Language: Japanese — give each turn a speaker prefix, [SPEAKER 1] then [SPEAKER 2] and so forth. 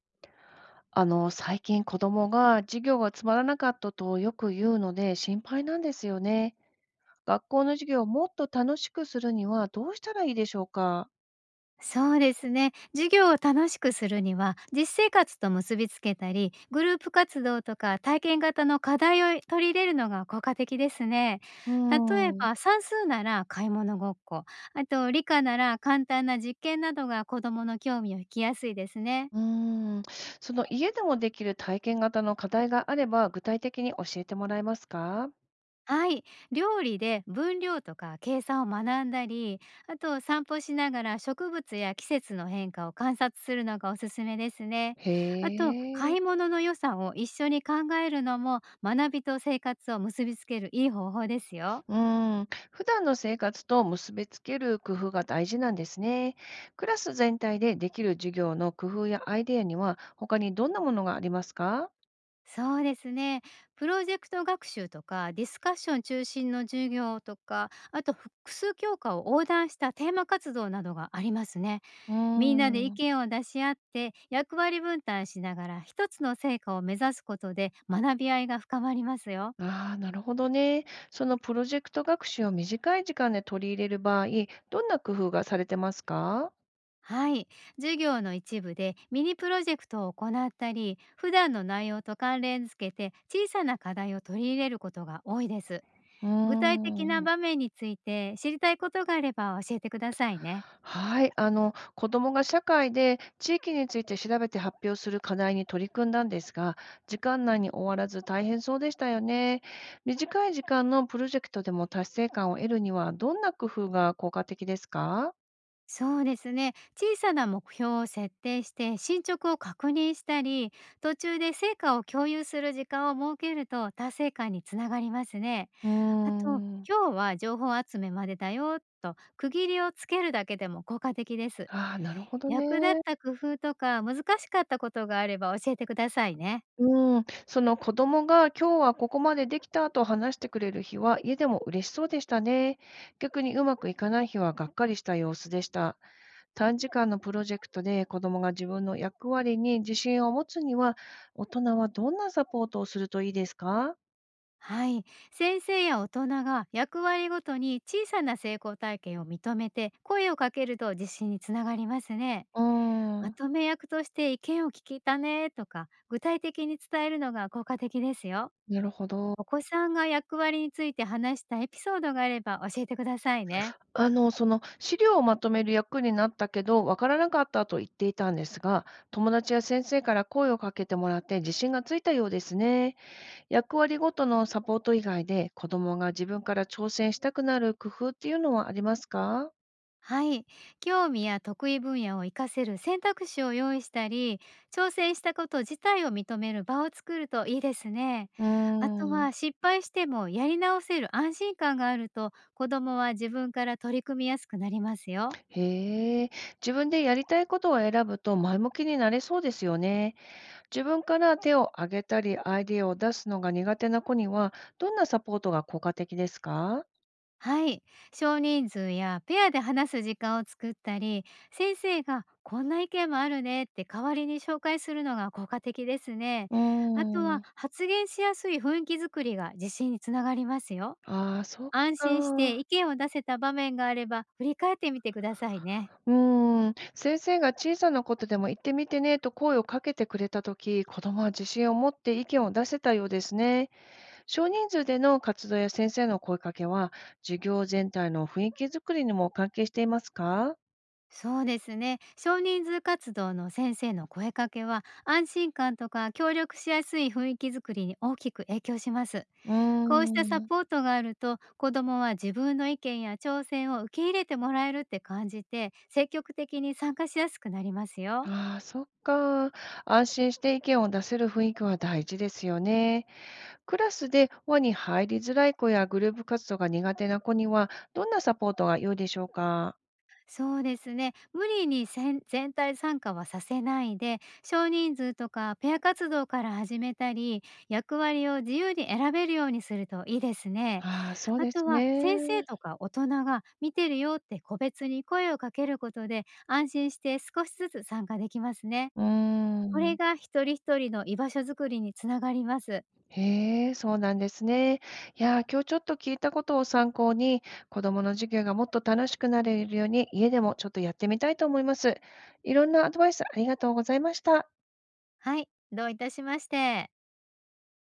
[SPEAKER 1] 最近子供が授業がつまらなかったとよく言うので心配なんですよね。学校の授業をもっと楽しくするにはどうしたらいいでしょうか？
[SPEAKER 2] そうですね。授業を楽しくするには、実生活と結びつけたり、グループ活動とか体験型の課題を取り入れるのが効果的ですね。
[SPEAKER 1] うー
[SPEAKER 2] 例え
[SPEAKER 1] ん、う
[SPEAKER 2] ば、算数なら買い物ごっこ、あと理科なら簡単な実験などが子どもの興味を引きやすいですね。
[SPEAKER 1] ーん。その家でもできる体験型の課題があれば具体的に教えてもらえますか？
[SPEAKER 2] はい、料理で分量とか計算を学んだり、あと散歩しながら植物や季節の変化を観察するのがおすすめですね。あ
[SPEAKER 1] へ
[SPEAKER 2] と買い
[SPEAKER 1] え。
[SPEAKER 2] 物の予算を一緒に考えるのも学びと生活を結びつけるいい方法ですよ。
[SPEAKER 1] うん。普段の生活と結びつける工夫が大事なんですね。クラス全体でできる授業の工夫やアイデアには他にどんなものがありますか？
[SPEAKER 2] そうですね。プロジェクト学習とかディスカッション中心の授業とか、あと複数教科を横断したテーマ活動などがありますね。
[SPEAKER 1] うー
[SPEAKER 2] みんなで意
[SPEAKER 1] ん。
[SPEAKER 2] 見を出し合って役割分担しながら一つの成果を目指すことで学び合いが深まりますよ。
[SPEAKER 1] ああ、なるほどね。そのプロジェクト学習を短い時間で取り入れる場合、どんな工夫がされてますか？
[SPEAKER 2] はい。授業の一部でミニプロジェクトを行ったり、普段の内容と関連付けて小さな課題を取り入れることが多いです。
[SPEAKER 1] う
[SPEAKER 2] 具体的
[SPEAKER 1] ー
[SPEAKER 2] な場
[SPEAKER 1] ん。
[SPEAKER 2] 面について知りたいことがあれば教えてくださいね。
[SPEAKER 1] はい。子どもが社会で地域について調べて発表する課題に取り組んだんですが、時間内に終わらず大変そうでしたよね。短い時間のプロジェクトでも達成感を得るには、どんな工夫が効果的ですか？
[SPEAKER 2] そうですね。小さな目標を設定して進捗を確認したり、途中で成果を共有する時間を設けると達成感につながりますね。
[SPEAKER 1] うー
[SPEAKER 2] あと、
[SPEAKER 1] ん。
[SPEAKER 2] 今日は情報集めまでだよと区切りをつけるだけでも効果的です。
[SPEAKER 1] ああ、なるほど
[SPEAKER 2] 役立っ
[SPEAKER 1] ね。
[SPEAKER 2] た工夫とか難しかったことがあれば教えてくださいね。
[SPEAKER 1] うーん、その子供が今日はここまでできたと話してくれる日は家でも嬉しそうでしたね。逆にうまくいかない日はがっかりした様子でした。短時間のプロジェクトで子供が自分の役割に自信を持つには、大人はどんなサポートをするといいですか？
[SPEAKER 2] はい。先生や大人が役割ごとに小さな成功体験を認めて声をかけると自信につながりますね。
[SPEAKER 1] うー
[SPEAKER 2] ま
[SPEAKER 1] ん、
[SPEAKER 2] とめ役として意見を聞けたねとか、具体的に伝えるのが効果的ですよ。
[SPEAKER 1] なるほど。
[SPEAKER 2] お子さんが役割について話したエピソードがあれば教えてくださいね。
[SPEAKER 1] その資料をまとめる役になったけど、わからなかったと言っていたんですが、友達や先生から声をかけてもらって自信がついたようですね。役割ごとのサポート以外で、子供が自分から挑戦したくなる工夫っていうのはありますか？
[SPEAKER 2] はい。興味や得意分野を活かせる選択肢を用意したり、挑戦したこと自体を認める場を作るといいですね。
[SPEAKER 1] うー
[SPEAKER 2] あとは
[SPEAKER 1] ん。
[SPEAKER 2] 失敗してもやり直せる安心感があると、子供は自分から取り組みやすくなりますよ。
[SPEAKER 1] へえ、自分でやりたいことを選ぶと前向きになれそうですよね。自分から手を挙げたり、アイデアを出すのが苦手な子には、どんなサポートが効果的ですか？
[SPEAKER 2] はい。少人数やペアで話す時間を作ったり、先生がこんな意見もあるねって代わりに紹介するのが効果的ですね。
[SPEAKER 1] うー
[SPEAKER 2] あとは
[SPEAKER 1] ん。
[SPEAKER 2] 発言しやすい雰囲気づくりが自信につながりますよ。
[SPEAKER 1] ああ、そっ
[SPEAKER 2] 安心して意
[SPEAKER 1] か。
[SPEAKER 2] 見を出せた場面があれば振り返ってみてくださいね。
[SPEAKER 1] うーん、先生が小さなことでも言ってみてねと声をかけてくれたとき、子供は自信を持って意見を出せたようですね。少人数での活動や先生の声かけは、授業全体の雰囲気づくりにも関係していますか？
[SPEAKER 2] そうですね。少人数活動の先生の声かけは安心感とか協力しやすい雰囲気づくりに大きく影響します。
[SPEAKER 1] うー
[SPEAKER 2] こうしたサ
[SPEAKER 1] ん。
[SPEAKER 2] ポートがあると、子どもは自分の意見や挑戦を受け入れてもらえるって感じて、積極的に参加しやすくなりますよ。
[SPEAKER 1] ああ、そっか。安心して意見を出せる雰囲気は大事ですよね。クラスで輪に入りづらい子やグループ活動が苦手な子には、どんなサポートが良いでしょうか？
[SPEAKER 2] そうですね。無理に全体参加はさせないで、少人数とかペア活動から始めたり、役割を自由に選べるようにするといいですね。
[SPEAKER 1] ああ、そう
[SPEAKER 2] あ
[SPEAKER 1] で
[SPEAKER 2] と
[SPEAKER 1] す
[SPEAKER 2] は
[SPEAKER 1] ね。
[SPEAKER 2] 先生とか大人が見てるよって個別に声をかけることで安心して少しずつ参加できますね。
[SPEAKER 1] うー
[SPEAKER 2] これ
[SPEAKER 1] ん。
[SPEAKER 2] が一人一人の居場所づくりにつながります。
[SPEAKER 1] へえ、そうなんですね。いやー、今日ちょっと聞いたことを参考に、子どもの授業がもっと楽しくなれるように、家でもちょっとやってみたいと思います。いろんなアドバイスありがとうございました。
[SPEAKER 2] はい、どういたしまして。